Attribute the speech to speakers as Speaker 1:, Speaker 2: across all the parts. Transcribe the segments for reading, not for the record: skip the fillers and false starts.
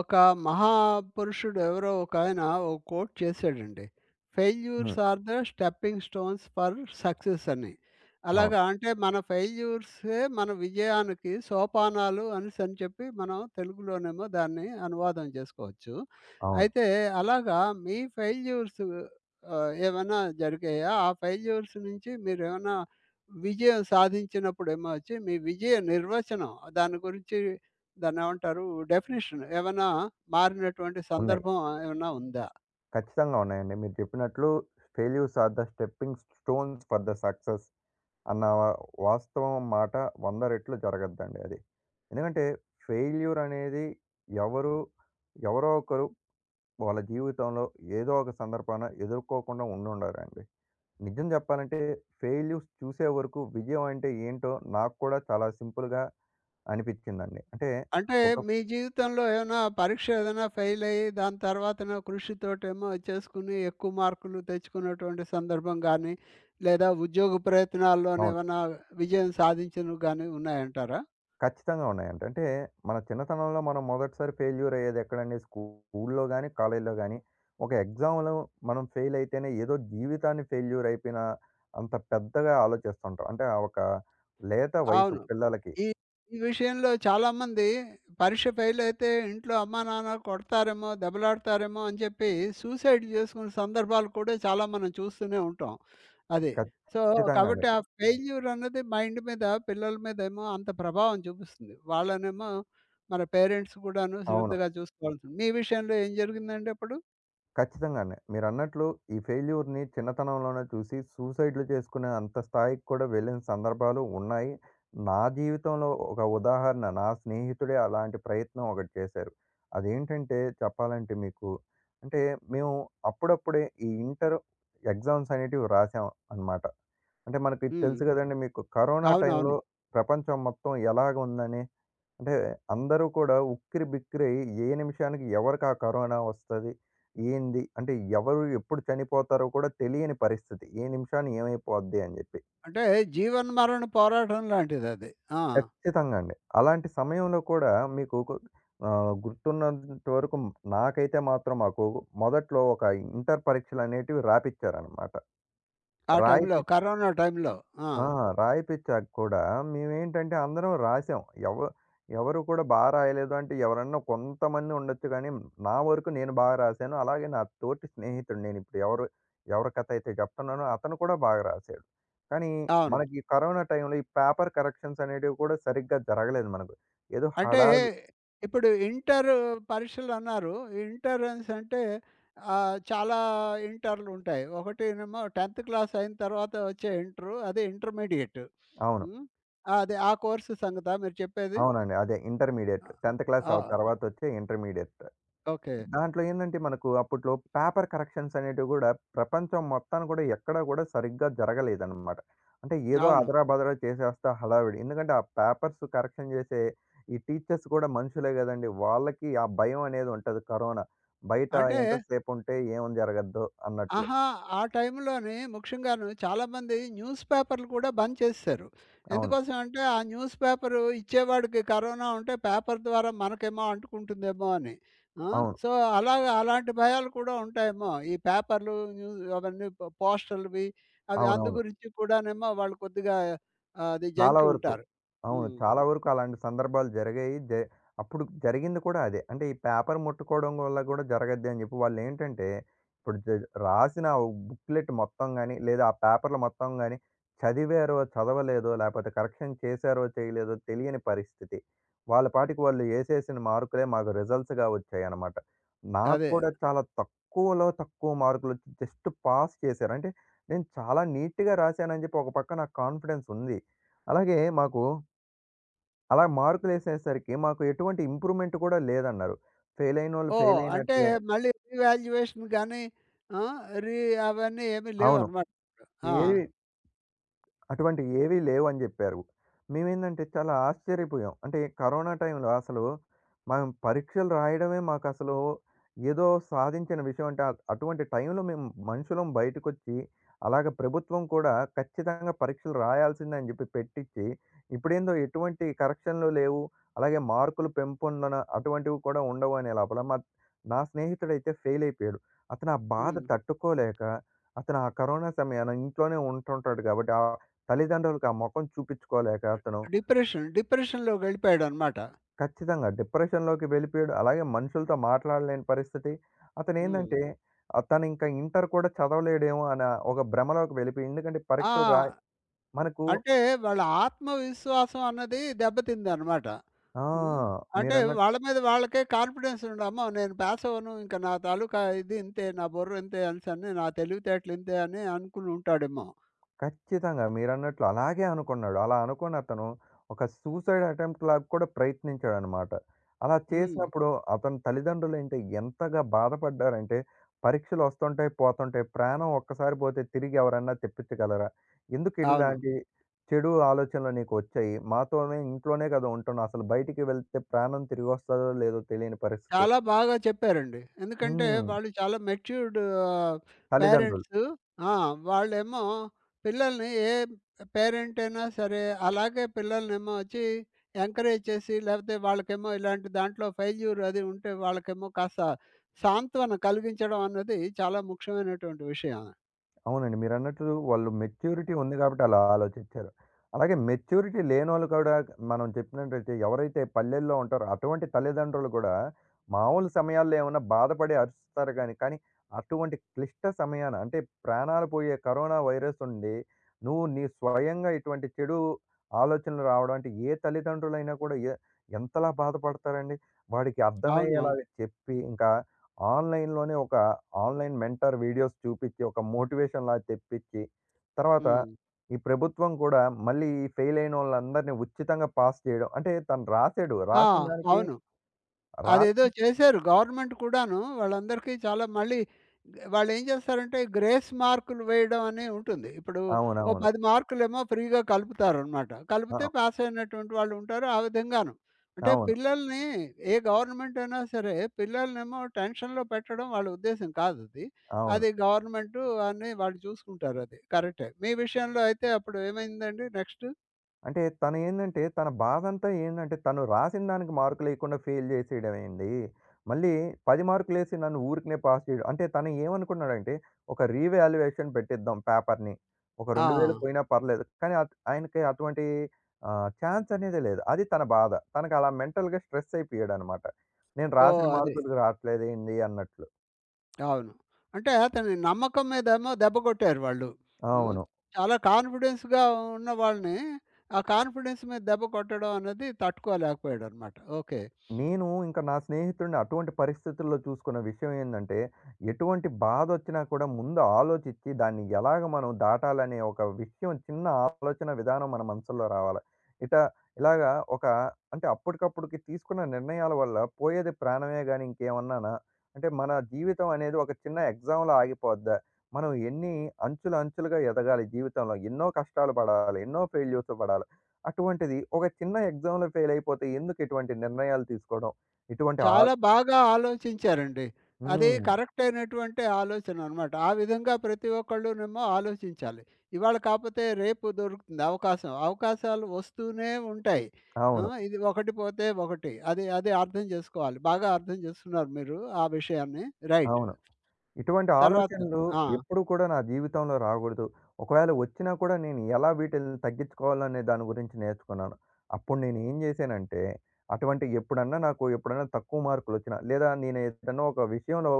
Speaker 1: ఒక మహాపురుషుడు ఎవరో ఒకాయన ఓ కోట్ చేసాడండి. "ఫెయిల్యూర్స్
Speaker 2: హ్మ్.
Speaker 1: Are the stepping stones for success" అని. అలాగా
Speaker 2: అవును.
Speaker 1: అంటే మన ఫెయిల్యూర్సే మన విజయానికి సోపానాలు అనేసని చెప్పి మనం తెలుగులోనేమో దాన్ని అనువాదం చేసుకోవచ్చు.
Speaker 2: అవును.
Speaker 1: అయితే అలాగా మీ ఫెయిల్యూర్స్ ఏమైనా జరిగాయా? ఆ ఫెయిల్యూర్స్ నుంచి మీరేమైనా విజయం సాధించినప్పుడేమో వచ్చి మీ విజయ నిర్వచనం దాని గురించి దాన్నేమంటారు? డెఫినిషన్ ఏమన్నా మారినటువంటి
Speaker 2: ఉన్నాయి.
Speaker 1: సందర్భం ఏమన్నా ఉందా?
Speaker 2: ఖచ్చితంగా ఉన్నాయండి. మీరు చెప్పినట్లు failures are the stepping stones for the success అన్న వాస్తవం మాట 100 రెట్లు జరగద్దండి అది. ఎందుకంటే ఫెయిల్యూర్ అనేది ఎవరు, ఎవరో ఒకరు వాళ్ళ జీవితంలో ఏదో ఒక సందర్భాన ఎదుర్కోకుండా ఉండుండరండి. నిజం చెప్పాలంటే ఫెయిల్యూర్స్ చూసే వరకు విజయం అంటే ఏంటో నాకు కూడా చాలా సింపుల్‌గా అనిపించిందండి. అంటే
Speaker 1: అంటే
Speaker 2: ఒక
Speaker 1: మీ జీవితంలో ఏమన్నా పరీక్ష ఏదైనా ఫెయిల్ అయ్యి, దాని తర్వాతనో కృషితోటేమో అది చేసుకుని ఎక్కువ మార్కులు తెచ్చుకున్నటువంటి సందర్భం గానీ, లేదా ఉద్యోగ ప్రయత్నాల్లోనే
Speaker 2: అవును.
Speaker 1: ఏమన్నా విజయం సాధించినవి గానీ ఉన్నాయంటారా?
Speaker 2: ఖచ్చితంగా ఉన్నాయంట. అంటే మన చిన్నతనంలో మనం మొదటిసారి ఫెయిల్యూర్ అయ్యేది ఎక్కడండి? స్కూల్లో గాని, కాలేజీలో గాని ఒక ఎగ్జామ్‌లో మనం ఫెయిల్ అయితేనే ఏదో జీవితాన్ని ఫెయిల్యూర్ అయిపోయిన అంత పెద్దగా ఆలోచిస్తుంటాం. అంటే ఆ ఒక లేత వయసు
Speaker 1: అవును.
Speaker 2: పిల్లలకి.
Speaker 1: ఈ ఈ విషయంలో చాలామంది పరీక్ష ఫెయిల్ అయితే ఇంట్లో అమ్మానాన్న కొడతారేమో, దెబ్బలాడతారేమో అని చెప్పి సూసైడ్ చేసుకునే సందర్భాలు కూడా చాలా మనం చూస్తూనే ఉంటాం. అది. సో,
Speaker 2: ఖచ్చితంగా అండి.
Speaker 1: కాబట్టి ఆ ఫెయిల్యూర్ అన్నది మైండ్ మీద, పిల్లల మీదేమో అంత ప్రభావం చూపిస్తుంది. వాళ్ళనేమో మన పేరెంట్స్ కూడాను
Speaker 2: అవును.
Speaker 1: శ్రద్ధగా చూసుకోవాల్సింది. మీ విషయంలో ఏం జరిగిందండి అప్పుడు?
Speaker 2: ఖచ్చితంగానే. మీరన్నట్లు ఈ ఫెయిల్యూర్‌ని చిన్నతనంలోనే చూసి సూసైడ్‌లు చేసుకునే అంత స్థాయికి కూడా వెళ్ళిన సందర్భాలు ఉన్నాయి. నా జీవితంలో ఒక ఉదాహరణ నా స్నేహితుడే అలాంటి ప్రయత్నం ఒకటి చేశారు. అదేంటంటే చెప్పాలంటే మీకు అంటే మేము అప్పుడప్పుడే ఈ ఇంటర్ ఎగ్జామ్స్ అనేటివి రాసాం అన్నమాట. అంటే మనకి
Speaker 1: హ్మ్.
Speaker 2: తెలుసు కదండీ మీకు కరోనా టైంలో
Speaker 1: అవునవును.
Speaker 2: ప్రపంచం మొత్తం ఎలాగుందని. అంటే అందరూ కూడా ఉక్కిరి బిక్కిరై ఏ నిమిషానికి ఎవరికి ఆ కరోనా వస్తది? ఏంది? అంటే ఎవరు ఎప్పుడు చనిపోతారో కూడా తెలియని పరిస్థితి. ఏ నిమిషాన ఏమైపోద్ది అని జెప్పి.
Speaker 1: అంటే జీవన్మరణ పోరాటం లాంటిదది. ఆ!
Speaker 2: ఖచ్చితంగా అండి. అలాంటి సమయంలో కూడా మీకు గుర్తున్నంత వరకు నాకైతే మాత్రం మాకు మొదట్లో ఒక ఇంటర్ పరీక్షలనేటివి రాపిచ్చారనమాట.
Speaker 1: ఆ టైంలో
Speaker 2: రాయిపి
Speaker 1: కరోనా టైంలో. ఆ!
Speaker 2: ఆ! రాయిపిచ్చాక కూడా మేమేంటంటే అందరం రాసాం. ఎవ ఎవరు కూడా బా రాయలేదు అంటే ఎవరన్నా కొంతమంది ఉండొచ్చు గానీ, నా వరకు నేను బాగా రాసాను. అలాగే నా తోటి స్నేహితుడు నేనిప్పుడు ఎవరు ఎవరి కథ అయితే జెప్తున్నానో అతను కూడా బాగా రాసాడు. కానీ
Speaker 1: అవును.
Speaker 2: మనకి ఈ కరోనా టైంలో ఈ పేపర్ కరెక్షన్స్ అనేటివి కూడా సరిగ్గా జరగలేదు మనకు. ఏదో
Speaker 1: అంటే
Speaker 2: హడావి
Speaker 1: ఇప్పుడు ఇంటర్ పరీక్షలన్నారు. ఇంటరెన్స్ అంటే చాలా ఇంటర్‌లుంటాయి. ఒకటేనేమో 10థ్ క్లాస్ అయిన తర్వాత వచ్చే ఇంటరు. అదే ఇంటర్మీడియేట్.
Speaker 2: అవును.
Speaker 1: హ్మ్. అది ఆ కోర్స్ సంగతా మీరు చెప్పేది?
Speaker 2: అవునండి. అదే
Speaker 1: ఆ!
Speaker 2: ఇంటర్మీడియేట్ 10థ్ క్లాస్
Speaker 1: ఆ!
Speaker 2: ఆ తర్వాత వచ్చే ఇంటర్మీడియేట్.
Speaker 1: ఓకే.
Speaker 2: దాంట్లో ఏందంటే మనకు అప్పట్లో పేపర్ కరెక్షన్స్ అనేటివి గూడా ప్రపంచం మొత్తాన గూడా ఎక్కడ గూడా సరిగ్గా జరగలేదనమాట. అంటే ఏదో
Speaker 1: అవును.
Speaker 2: అదరాబదరా చేసేస్తా హడావిడి. ఎందుకంటే ఆ పేపర్స్ కరెక్షన్ జేసే ఈ టీచర్స్ గూడా మనుషులే గదండీ! వాళ్ళకి ఆ భయం అనేది ఉంటది కరోనా. బయట
Speaker 1: అంటే
Speaker 2: ఎంతసేపుంటే ఏం జరగద్దో అన్నట్లు.
Speaker 1: ఆహా! ఆ టైంలోని ముఖ్యంగాను చాలామంది న్యూస్ పేపర్‌లు కూడా బంద్ చేసేశారు.
Speaker 2: అవును.
Speaker 1: ఎందుకోసం అంటే, ఆ న్యూస్ పేపరు ఇచ్చేవాడికి కరోనా ఉంటే పేపర్ ద్వారా మనకేమో అంటుకుంటుందేమో అని. ఆ!
Speaker 2: అవును.
Speaker 1: సో, అలాగా అలాంటి భయాలు కూడా ఉంటాయేమో. ఈ పేపర్‌లు, అవన్నీ పోస్టల్‌వి అవి అందు
Speaker 2: అవునవును.
Speaker 1: గురించి కూడానేమో వాళ్ళు కొద్దిగా అది
Speaker 2: చాలా
Speaker 1: జంకి
Speaker 2: వరకు.
Speaker 1: ఉంటారు.
Speaker 2: అవును.
Speaker 1: హ్మ్.
Speaker 2: చాలా వరకు అలాంటి సందర్భాలు జరిగాయి. జె అప్పుడు జరిగింది కూడా అదే. అంటే ఈ పేపర్ ముట్టుకోవడం వల్ల కూడా జరగద్ది అని జెప్పి వాళ్ళేంటంటే, ఇప్పుడు జ రాసిన బుక్‌లెట్ మొత్తం గాని, లేదా ఆ పేపర్‌లు మొత్తం గాని చదివారో, చదవలేదో, లేపోతే కరెక్షన్ చేశారో, చేయలేదో తెలియని పరిస్థితి. వాళ్ళ పాటికి వాళ్ళు ఏసేసిన మార్కులే మాకు రిజల్ట్స్‌గా వచ్చాయన్నమాట. నాకు
Speaker 1: అదే.
Speaker 2: కూడా చాలా తక్కువలో తక్కువ మార్కులొచ్చి జస్ట్ పాస్ చేశారు. అంటే నేను చాలా నీట్‌గా రాశానని జెప్పి ఒక పక్క నాకు కాన్ఫిడెన్స్ ఉంది. అలాగే మాకు అలా మార్కులేసేసరికి మాకు ఎటువంటి ఇంప్రూవ్‌మెంట్ కూడా లేదన్నారు. ఫెయిలయినోళ్ళు
Speaker 1: ఓహ్! అంటే
Speaker 2: ఫెయిలయినట్లే.
Speaker 1: మళ్ళీ రీవాల్యుయేషన్ గానీ, ఆ! రీ అవన్నీ ఏమీ
Speaker 2: అవును.
Speaker 1: లేవనమాట. ఆ!
Speaker 2: ఏవి అటువంటివి ఏవీ లేవని జెప్పారు. మేమేందంటే చాలా ఆశ్చర్యపోయాం. అంటే కరోనా టైంలో అసలు మనం పరీక్షలు రాయడమే మాకసలు ఏదో సాధించిన విషయం అంటే అ అటువంటి టైంలో మేము మనుషులం బయటకొచ్చి, అలాగ ప్రభుత్వం కూడా ఖచ్చితంగా పరీక్షలు రాయాల్సిందే అని జెప్పి పెట్టిచ్చి, ఇప్పుడేందో ఎటువంటి కరెక్షన్‌లు లేవు. అలాగే మార్కులు పెంపొందన అటువంటివి కూడా ఉండవు అనే లోపల మా నా స్నేహితుడైతే ఫెయిల్ అయిపోయాడు. అతను ఆ బాధ
Speaker 1: హ్మ్.
Speaker 2: తట్టుకోలేక, అతను ఆ కరోనా సమయాన ఇంట్లోనే ఉంటుంటాడు కాబట్టి ఆ తల్లిదండ్రులకు ఆ మొఖం చూపించుకోలేక అతను
Speaker 1: డిప్రెషన్‌లోకి వెళ్ళిపోయాడనమాట.
Speaker 2: ఖచ్చితంగా డిప్రెషన్‌లోకి వెళ్ళిపోయాడు. అలాగే మనుషులతో మాట్లాడలేని పరిస్థితి.
Speaker 1: హ్మ్.
Speaker 2: అతనేందంటే తనింకా ఇంటర్ కూడా చదవలేడేమో అన్న ఒక భ్రమలోకి వెళ్ళిపోయి ఎందుకంటే
Speaker 1: ఆ!
Speaker 2: పరీక్షలు రాయి మనకు
Speaker 1: అంటే వాళ్ళ ఆత్మవిశ్వాసం అన్నది దెబ్బతిందనమాట.
Speaker 2: ఆ!
Speaker 1: హ్మ్. అంటే
Speaker 2: మీరన్న
Speaker 1: వాళ్ళ మీద వాళ్ళకే కాన్ఫిడెన్స్ ఉండి, అమ్మో! నేను పాస్ అవ్వను. ఇంక నా తాలూకా ఇది ఇంతే. నా బుర్ర ఇంతే అనేసని, నా తెలివితేటలు ఇంతే అని అనుకుని ఉంటాడేమో.
Speaker 2: ఖచ్చితంగా. మీరన్నట్లు అలాగే అనుకున్నాడు. అలా అనుకోని అతను ఒక సూసైడ్ అటెంప్ట్ లాగా కూడా ప్రయత్నించాడనమాట. అలా
Speaker 1: హ్మ్.
Speaker 2: చేసినప్పుడు అతని తల్లిదండ్రులేంటి ఎంతగా బాధపడ్డారంటే, పరీక్షలొస్తుంటాయి, పోతుంటాయి. ప్రాణం ఒక్కసారి పోతే తిరిగి ఎవరన్నా తెప్పించగలరా? ఎందుకు
Speaker 1: అవును.
Speaker 2: ఇలాంటి చెడు ఆలోచనలు నీకొచ్చాయి? మాతోనే ఇంట్లోనే కదా ఉంటున్నావు. అసలు బయటికి వెళ్తే ప్రాణం తిరిగొస్తదో లేదో తెలియని పరిస్థితి.
Speaker 1: చాలా బాగా చెప్పారండి. ఎందుకంటే
Speaker 2: హ్మ్.
Speaker 1: వాళ్ళు చాలా మెచ్యూర్డ్ ఆహ్,
Speaker 2: తల్లిదండ్రులు.
Speaker 1: పేరెంట్సు. ఆ! వాళ్ళేమో పిల్లల్ని ఏ పేరెంట్ అయినా సరే అలాగే పిల్లల్నేమో వచ్చి ఎంకరేజ్ చేసి లేకపోతే వాళ్ళకేమో ఇలాంటి దాంట్లో ఫెయిల్యూర్ అది ఉంటే వాళ్ళకేమో కాస్త సాంత్వన కలిగించడం అన్నది చాలా ముఖ్యమైనటువంటి విషయం.
Speaker 2: అవునండి. మీరన్నట్లు వాళ్ళు మెచ్యూరిటీ ఉంది కాబట్టి అలా ఆలోచించారు. అలాగే మెచ్యూరిటీ లేనోళ్ళు కూడా మనం చెప్పినట్టయితే ఎవరైతే పల్లెల్లో ఉంటారో అటువంటి తల్లిదండ్రులు కూడా మామూలు సమయాల్లో ఏమన్నా బాధపడి అరుస్తారు గానీ, కానీ అటువంటి క్లిష్ట సమయాన అంటే ప్రాణాలు పోయే కరోనా వైరస్ ఉండి, నువ్వు నీ స్వయంగా ఇటువంటి చెడు ఆలోచనలు రావడం అంటే ఏ తల్లిదండ్రులైనా కూడా ఎ ఎంతలా బాధపడతారండి? వాడికి
Speaker 1: అవునవును.
Speaker 2: అర్థమయ్యేలాగా చెప్పి ఇంకా ఆన్‌లైన్‌లోనే ఒక ఆన్‌లైన్ మెంటర్ వీడియోస్ చూపిచ్చి, ఒక మోటివేషన్‌లా తెప్పిచ్చి, తర్వాత
Speaker 1: హ్మ్.
Speaker 2: ఈ ప్రభుత్వం కూడా మళ్ళీ ఈ ఫెయిల్ అయినోళ్ళందరిని ఉచితంగా పాస్ చేయడం. అంటే తను రాసాడు.
Speaker 1: ఆ!
Speaker 2: రాసిన దానికి
Speaker 1: అవును.
Speaker 2: రా
Speaker 1: అదేదో చేశారు. గవర్నమెంట్ కూడాను వాళ్ళందరికీ చాలా మళ్ళీ వాళ్ళేం చేస్తారంటే గ్రేస్ మార్కులు వేయడం అని ఉంటుంది. ఇప్పుడు ఓ
Speaker 2: అవునవును.
Speaker 1: 10 మార్కులేమో ఫ్రీగా కలుపుతారనమాట.
Speaker 2: ఆ!
Speaker 1: కలిపితే పాస్ అయినటువంటి వాళ్ళు ఉంటారు. ఆ విధంగాను. అంటే
Speaker 2: అవును.
Speaker 1: పిల్లల్ని ఏ గవర్నమెంట్ అయినా సరే పిల్లలనేమో టెన్షన్‌లో పెట్టడం వాళ్ళ ఉద్దేశ్యం కాదది.
Speaker 2: అవును.
Speaker 1: అది గవర్నమెంటు అని వాళ్ళు చూసుకుంటారది. కరెక్టే. మీ విషయంలో అయితే అప్పుడు ఏమైందండి నెక్స్ట్?
Speaker 2: అంటే తనేందంటే, తన బాధంతా ఏందంటే, తను రాసిన దానికి మార్కులేయకుండా ఫెయిల్ చేసేయడమేండి. మళ్ళీ 10 మార్కులేసి నన్ను ఊరికనే పాస్ చేయడం. అంటే తను ఏమనుకున్నాడంటే, ఒక రీవాల్యుయేషన్ పెట్టిద్దాం పేపర్‌ని. ఒక
Speaker 1: ఆ!
Speaker 2: 2000 పోయినా పర్లేదు. కానీ అత్ ఆయనకి అటువంటి ఛాన్స్ అనేదే లేదు. అది తన బాధ. తనకలా మెంటల్‌గా స్ట్రెస్ అయిపోయాడనమాట. నేను
Speaker 1: ఓహ్!
Speaker 2: రాసిన
Speaker 1: అది.
Speaker 2: మార్కులకి రాట్లేదేంది అన్నట్లు.
Speaker 1: అవును. అంటే అతని నమ్మకం మీదేమో దెబ్బ కొట్టారు వాళ్ళు. హ్మ్.
Speaker 2: అవును.
Speaker 1: చాలా కాన్ఫిడెన్స్‌గా ఉన్న వాళ్ళని, ఆ కాన్ఫిడెన్స్ మీద దెబ్బ కొట్టడం అన్నది తట్టుకోలేకపోయాడనమాట. ఓకే.
Speaker 2: నేను ఇంకా నా స్నేహితుడిని అటువంటి పరిస్థితుల్లో చూసుకున్న విషయం ఏందంటే, ఎటువంటి బాధొచ్చినా కూడా ముందు ఆలోచిచ్చి, దాన్ని ఎలాగ మనం దాటాలనే ఒక విషయం చిన్న ఆలోచన విధానం మన మనసుల్లో రావాలి. ఇట ఇలాగా ఒక అంటే అప్పటికప్పుడుకి తీసుకున్న నిర్ణయాల వల్ల పోయేది ప్రాణమే గాని ఇంకేమన్నానా? అంటే మన జీవితం అనేది ఒక చిన్న ఎగ్జామ్‌లా ఆగిపోద్దా? మనం ఎన్ని అంచులు అంచులుగా ఎదగాలి జీవితంలో. ఎన్నో కష్టాలు పడాలి. ఎన్నో ఫెయిల్యూర్స్ పడాలి. అటువంటిది ఒక చిన్న ఎగ్జామ్‌లో ఫెయిల్ అయిపోతే ఎందుకు ఇటువంటి నిర్ణయాలు తీసుకోవడం? ఇటువంటి ఆ
Speaker 1: చాలా బాగా ఆలోచించారండి. అది
Speaker 2: హ్మ్.
Speaker 1: కరెక్ట్ అయినటువంటి ఆలోచననమాట. ఆ విధంగా ప్రతి ఒక్కళ్ళునేమో ఆలోచించాలి. ఇవాళ కాపోతే రేపు దొరుకుతుంది అవకాశం. అవకాశాలు వస్తూనే ఉంటాయి. ఆ!
Speaker 2: అవును.
Speaker 1: ఇది ఒకటి పోతే ఒకటి. అది అది అర్థం జేసుకోవాలి. బాగా అర్థం జేసుకున్నారు మీరు ఆ విషయాన్ని. రైట్.
Speaker 2: అవును. ఇటువంటి
Speaker 1: తర్వాత
Speaker 2: ఆలోచనలు
Speaker 1: ఆ!
Speaker 2: ఎప్పుడూ కూడా నా జీవితంలో రాకూడదు. ఒకవేళ వచ్చినా కూడా నేను ఎలా వీటిల్ని తగ్గించుకోవాలనే దాని గురించి నేర్చుకున్నాను. అప్పుడు నేను ఏం జేశానంటే, అటువంటి ఎప్పుడన్నా ఎప్పుడన్నా తక్కువ మార్కులొచ్చినా, లేదా నేను ఏదన్నా ఒక విషయంలో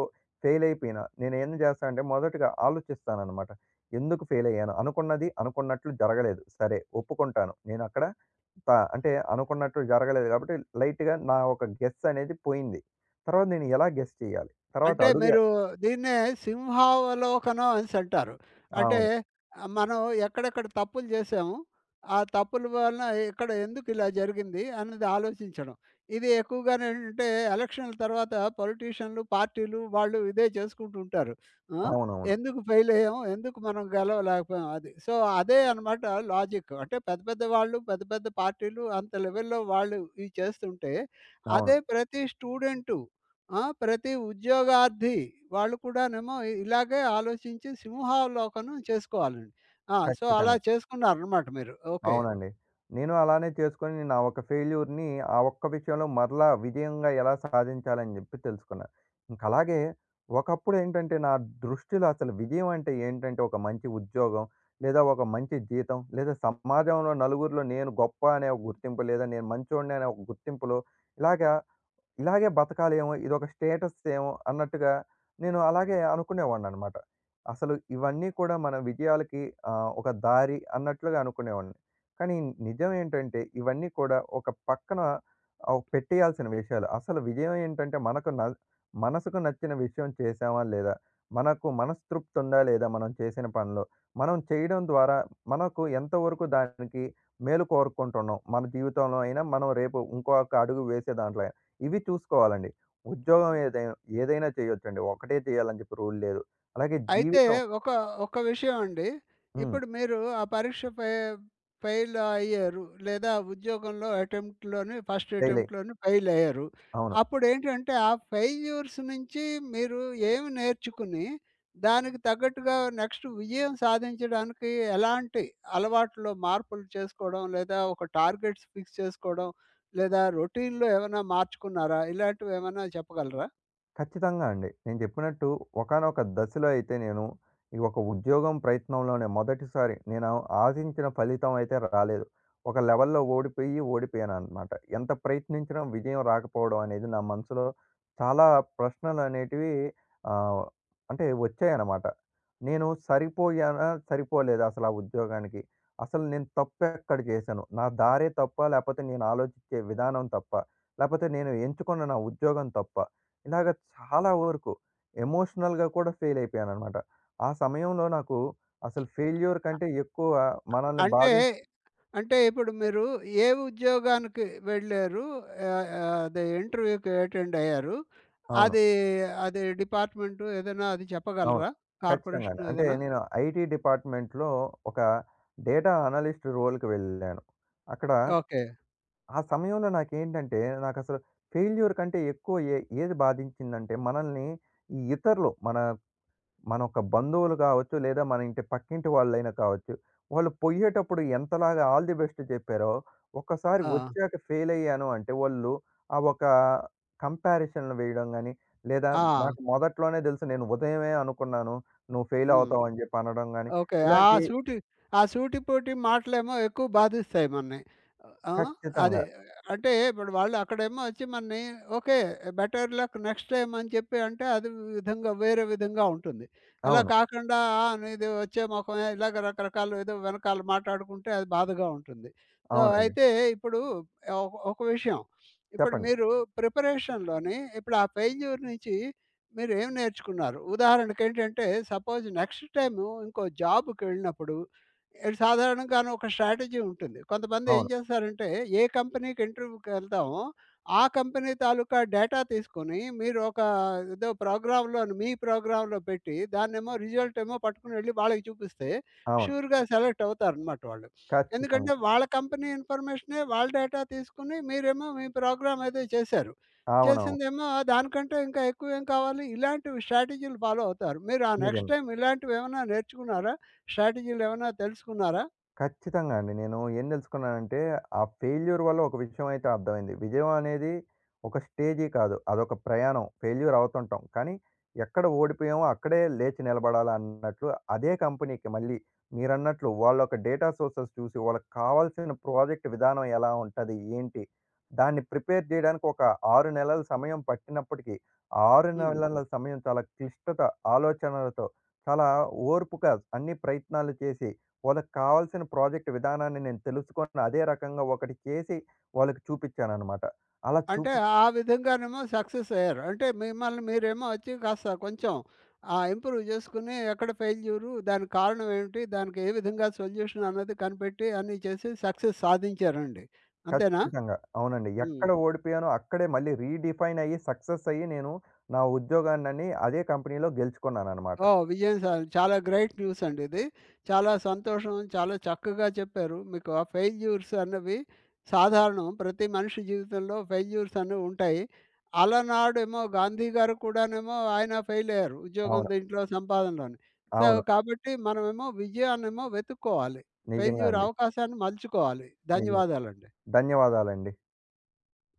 Speaker 2: ఫెయిల్ అయిపోయినా, నేనేం జేస్తా అంటే మొదటగా ఆలోచిస్తాననమాట. ఎందుకు ఫెయిల్ అయ్యాను? అనుకున్నది అనుకున్నట్లు జరగలేదు. సరే ఒప్పుకుంటాను. నేనక్కడ త అంటే అనుకున్నట్లు జరగలేదు కాబట్టి లైట్‌గా నా ఒక గెస్ అనేది పోయింది. తర్వాత నేను ఎలా గెస్ చేయాలి? తర్వాత
Speaker 1: అంటే
Speaker 2: అడుగు ఎ
Speaker 1: మీరు దీన్నే సింహావలోకనం అనేసంటారు. అంటే
Speaker 2: అవును.
Speaker 1: మనం ఎక్కడెక్కడ తప్పులు జేసాము, ఆ తప్పుల వలన ఇక్కడ ఎందుకు ఇలా జరిగింది అన్నది ఆలోచించడం. ఇది ఎక్కువగానేంటంటే ఎలక్షన్‌ల తర్వాత పొలిటీషియన్‌లు, పార్టీలు వాళ్ళు ఇదే చేసుకుంటూ ఉంటారు. ఆ!
Speaker 2: అవునవును.
Speaker 1: ఎందుకు ఫెయిల్ అయ్యాం? ఎందుకు మనం గెలవలేకపోయాం అది. సో, అదే అనమాట లాజిక్. అంటే పెద్ద పెద్ద వాళ్ళు, పెద్ద పెద్ద పార్టీలు అంత లెవెల్‌లో వాళ్ళు ఇవి చేస్తుంటే, అదే
Speaker 2: అవును.
Speaker 1: ప్రతి స్టూడెంటు ఆ! ప్రతి ఉద్యోగార్థి వాళ్ళు కూడానేమో ఇలాగే ఆలోచించి సింహావలోకనం చేసుకోవాలండి. ఆ! సో, అలా
Speaker 2: ఖచ్చితంగా.
Speaker 1: చేసుకున్నారనమాట మీరు. ఓకే.
Speaker 2: అవునండి. నేను అలానే చేసుకొని నా ఒక ఫెయిల్యూర్‌ని ఆ ఒక్క విషయంలో మరలా విజయంగా ఎలా సాధించాలని జెప్పి తెలుసుకున్నా. ఇంకలాగే ఒకప్పుడేంటంటే నా దృష్టిలో అసలు విజయం అంటే ఏంటంటే ఒక మంచి ఉద్యోగం, లేదా ఒక మంచి జీతం, లేదా సమాజంలో నలుగురిలో నేను గొప్ప అనే ఒక గుర్తింపు, లేదా నేను మంచోడిని అనే ఒక గుర్తింపులో ఇలాగా ఇలాగే బతకాలేమో! ఇదొక స్టేటస్ ఏమో! అన్నట్టుగా నేను అలాగే అనుకునేవాడిననమాట. అసలు ఇవన్నీ కూడా మన విజయాలకి ఒక దారి అన్నట్లుగా అనుకునేవాడిని. కానీ నిజం ఏంటంటే ఇవన్నీ కూడా ఒక పక్కన పెట్టేయాల్సిన విషయాలు. అసలు విజయం ఏంటంటే మనకు న మనసుకు నచ్చిన విషయం చేశామా లేదా? మనకు మనస్తృప్తి ఉందా లేదా మనం చేసిన పనిలో? మనం చేయడం ద్వారా మనకు ఎంతవరకు దానికి మేలు కోరుకుంటున్నాం? మన జీవితంలో అయినా, మనం రేపు ఇంకొక అడుగు వేసే దాంట్లో అయినా. ఇవి చూసుకోవాలండి. ఉద్యోగం ఏదై ఏదైనా చేయొచ్చండి. ఒకటే చేయాలని చెప్పి రూల్ లేదు. అలాగే
Speaker 1: అయితే
Speaker 2: జీవితం
Speaker 1: ఒక ఒక విషయం అండి.
Speaker 2: హ్మ్.
Speaker 1: ఇప్పుడు మీరు ఆ పరీక్ష ఫెయిల్ అయ్యారు. లేదా ఉద్యోగంలో అటెంప్ట్‌లోని ఫస్ట్
Speaker 2: చేయలేం.
Speaker 1: అటెంప్ట్‌లోని ఫెయిల్ అయ్యారు.
Speaker 2: అవును.
Speaker 1: అప్పుడేంటంటే ఆ ఫెయిల్యూర్స్ నుంచి మీరు ఏమి నేర్చుకుని, దానికి తగ్గట్టుగా నెక్స్ట్ విజయం సాధించడానికి ఎలాంటి అలవాట్లో మార్పులు చేసుకోవడం, లేదా ఒక టార్గెట్స్ ఫిక్స్ చేసుకోవడం, లేదా రొటీన్‌లో ఏమైనా మార్చుకున్నారా? ఇలాంటివేమైనా చెప్పగలరా?
Speaker 2: ఖచ్చితంగా అండి. నేను చెప్పినట్టు ఒకానొక దశలో అయితే నేను ఈ ఒక ఉద్యోగం ప్రయత్నంలోనే మొదటిసారి నేను ఆశించిన ఫలితం అయితే రాలేదు. ఒక లెవెల్‌లో ఓడిపోయి, ఓడిపోయాననమాట. ఎంత ప్రయత్నించినా విజయం రాకపోవడం అనేది నా మనసులో చాలా ప్రశ్నలనేటివి ఆహ్, అంటే వచ్చాయన్నమాట. నేను సరిపోయానా? సరిపోలేదా అసలు ఆ ఉద్యోగానికి? అసలు నేను తప్పెక్కడ చేశాను? నా దారే తప్పా? లేపోతే నేను ఆలోచించే విధానం తప్పా? లేపోతే నేను ఎంచుకున్న నా ఉద్యోగం తప్పా? ఇలాగ చాలా వరకు ఎమోషనల్‌గా కూడా ఫెయిలయిపోయాననమాట. ఆ సమయంలో నాకు అసలు ఫెయిల్యూర్ కంటే ఎక్కువ మనల్ని
Speaker 1: అంటే
Speaker 2: బాధిం
Speaker 1: అంటే ఇప్పుడు మీరు ఏ ఉద్యోగానికి వెళ్లారు? ఆహ్, ఆహ్, అదే ఇంటర్వ్యూకి అటెండ్ అయ్యారు.
Speaker 2: అవును.
Speaker 1: అది అది డిపార్ట్‌మెంటు ఏదైనా అది
Speaker 2: అవును.
Speaker 1: చెప్పగలరా?
Speaker 2: ఖచ్చితంగానే.
Speaker 1: కార్పొరేషన్
Speaker 2: అంటే
Speaker 1: ఏదైనా?
Speaker 2: నేను ఐటీ డిపార్ట్‌మెంట్‌లో ఒక డేటా అనలిస్ట్ రోల్‌కి వెళ్ళాను. అక్కడ
Speaker 1: ఓకే.
Speaker 2: ఆ సమయంలో నాకేంటంటే నాకసలు ఫెయిల్యూర్ కంటే ఎక్కువ ఏది బాధించిందంటే మనల్ని ఈ ఇతరులు మన మన ఒక బంధువులు కావచ్చు, లేదా మన ఇంటి పక్కింటి వాళ్ళైనా కావచ్చు. వాళ్ళు పొయ్యేటప్పుడు ఎంతలాగా ఆల్ ది బెస్ట్ చెప్పారో, ఒక్కసారి
Speaker 1: ఆ!
Speaker 2: వచ్చాక ఫెయిల్ అయ్యాను అంటే వాళ్ళు ఆ ఒక కంపారిజన్ వేయడం గాని, లేదా
Speaker 1: ఆ!
Speaker 2: నాకు మొదట్లోనే తెలుసు నేను ఉదయమే అనుకున్నాను. నువ్వు ఫెయిల్
Speaker 1: హ్మ్.
Speaker 2: అవుతావు అని చెప్పి అనడం గాని,
Speaker 1: ఓకే. ఆ
Speaker 2: ఇలాంటి
Speaker 1: సూటి ఆ సూటిపోటి మాటలేమో ఎక్కువ బాధిస్తాయి మనని. ఆ! అదే
Speaker 2: ఖచ్చితంగా.
Speaker 1: అంటే ఇప్పుడు వాళ్ళు అక్కడేమో వచ్చి మనని okay. Better luck next time అని చెప్పి అంటే అది విధంగా వేరే విధంగా ఉంటుంది. అలా
Speaker 2: అవును.
Speaker 1: కాకుండా "ఆ! నీది వచ్చే మొఖమే" ఇలాగ రకరకాలు ఏదో వెనకాల మాట్లాడుకుంటే అది బాధగా ఉంటుంది. సో,
Speaker 2: అవునండి.
Speaker 1: అయితే ఇప్పుడు ఒక ఒక విషయం. ఇప్పుడు
Speaker 2: చెప్పండి.
Speaker 1: మీరు ప్రిపరేషన్‌లోని ఇప్పుడు ఆ ఫెయిల్యూర్ నుంచి మీరేం నేర్చుకున్నారు? ఉదాహరణకేంటంటే, సపోజ్ నెక్స్ట్ టైము ఇంకో జాబ్‌కెళ్ళినప్పుడు సాధారణంగాను ఒక స్ట్రాటజీ ఉంటుంది. కొంతమంది ఏం
Speaker 2: అవును.
Speaker 1: చేస్తారంటే, ఏ కంపెనీకి ఇంటర్వ్యూకెళ్తామో, ఆ కంపెనీ తాలూకా డేటా తీసుకొని, మీరు ఒక ఏదో ప్రోగ్రామ్‌లోని మీ ప్రోగ్రామ్‌లో పెట్టి, దాన్నేమో రిజల్ట్ ఏమో పట్టుకొని వెళ్లి వాళ్ళకి చూపిస్తే,
Speaker 2: అవును.
Speaker 1: షూర్‌గా సెలెక్ట్ అవుతారనమాట వాళ్ళు.
Speaker 2: ఖచ్చితంగా.
Speaker 1: ఎందుకంటే, వాళ్ళ కంపెనీ ఇన్ఫర్మేషనే వాళ్ళ డేటా తీసుకొని, మీరేమో మీ ప్రోగ్రామ్ ఏదో చేశారు.
Speaker 2: అవునవును.
Speaker 1: చేసిందేమో ఆ దానికంటే ఇంకా ఎక్కువ ఏం కావాలి? ఇలాంటివి స్ట్రాటజీలు ఫాలో అవుతారు. మీరు ఆ నెక్స్ట్
Speaker 2: నిజంగా.
Speaker 1: టైమ్ ఇలాంటివేమన్నా నేర్చుకున్నారా? స్ట్రాటజీలేమన్నా తెలుసుకున్నారా?
Speaker 2: ఖచ్చితంగా అండి. నేను ఏం దెలుసుకున్నానంటే, ఆ ఫెయిల్యూర్ వల్ల ఒక విషయం అయితే అర్థమైంది. విజయం అనేది ఒక స్టేజీ కాదు. అదొక ప్రయాణం. ఫెయిల్యూర్ అవుతుంటాం. కానీ, ఎక్కడ ఓడిపోయామో అక్కడే లేచి నిలబడాలి అన్నట్లు అదే కంపెనీకి మళ్ళీ మీరన్నట్లు వాళ్ళొక డేటా సోర్సెస్ చూసి, వాళ్ళకి కావాల్సిన ప్రాజెక్ట్ విధానం ఎలా ఉంటది? ఏంటి? దాన్ని ప్రిపేర్ జేయడానికి ఒక 6 నెలల సమయం పట్టినప్పటికీ, ఆ 6
Speaker 1: హ్మ్.
Speaker 2: నెలల సమయం చాలా క్లిష్టత, ఆలోచనలతో, చాలా ఓర్పుగా అన్ని ప్రయత్నాలు చేసి వాళ్ళకి కావాల్సిన ప్రాజెక్ట్ విధానాన్ని నేను తెలుసుకొని, అదే రకంగా ఒకటి చేసి వాళ్ళకి చూపిచ్చాననమాట. అలా
Speaker 1: అంటే
Speaker 2: చూపి
Speaker 1: ఆ విధంగానేమో సక్సెస్ అయ్యారు. అంటే మిమ్మల్ని మీరేమో వచ్చి కాస్త కొంచెం ఇంప్రూవ్ చేసుకొని ఎక్కడ ఫెయిల్యూరు? దానికి కారణం ఏమిటి? దానికి ఏ విధంగా సొల్యూషన్ అన్నది కనిపెట్టి అన్నీ చేసి సక్సెస్ సాధించారండి. అంతేనా?
Speaker 2: ఖచ్చితంగా. అవునండి.
Speaker 1: హ్మ్.
Speaker 2: ఎక్కడ ఓడిపోయానో అక్కడే మళ్ళీ రీడిఫైన్ అయ్యి, సక్సెస్ అయ్యి నేను నా ఉద్యోగాన్నని అదే కంపెనీలో గెలుచుకున్నాననమాట.
Speaker 1: ఓహ్! విజయం చాలా గ్రేట్ న్యూస్ అండి ఇది. చాలా సంతోషం. చాలా చక్కగా చెప్పారు. మీకు ఆ ఫెయిల్యూర్స్ అన్నవి సాధారణం. ప్రతి మనిషి జీవితంలో ఫెయిల్యూర్స్ అనేవి ఉంటాయి. అలనాడేమో గాంధీ గారు కూడానేమో ఆయన ఫెయిల్ అయ్యారు. ఉద్యోగం
Speaker 2: అవును.
Speaker 1: దీంట్లో సంపాదనలోని. సో,
Speaker 2: అవును.
Speaker 1: కాబట్టి మనమేమో విజయాన్నేమో వెతుక్కోవాలి.
Speaker 2: నిజంగా
Speaker 1: ఫెయిల్యూర్
Speaker 2: అండి.
Speaker 1: అవకాశాన్ని మలుచుకోవాలి.
Speaker 2: నిజం.
Speaker 1: ధన్యవాదాలండి.
Speaker 2: ధన్యవాదాలండి.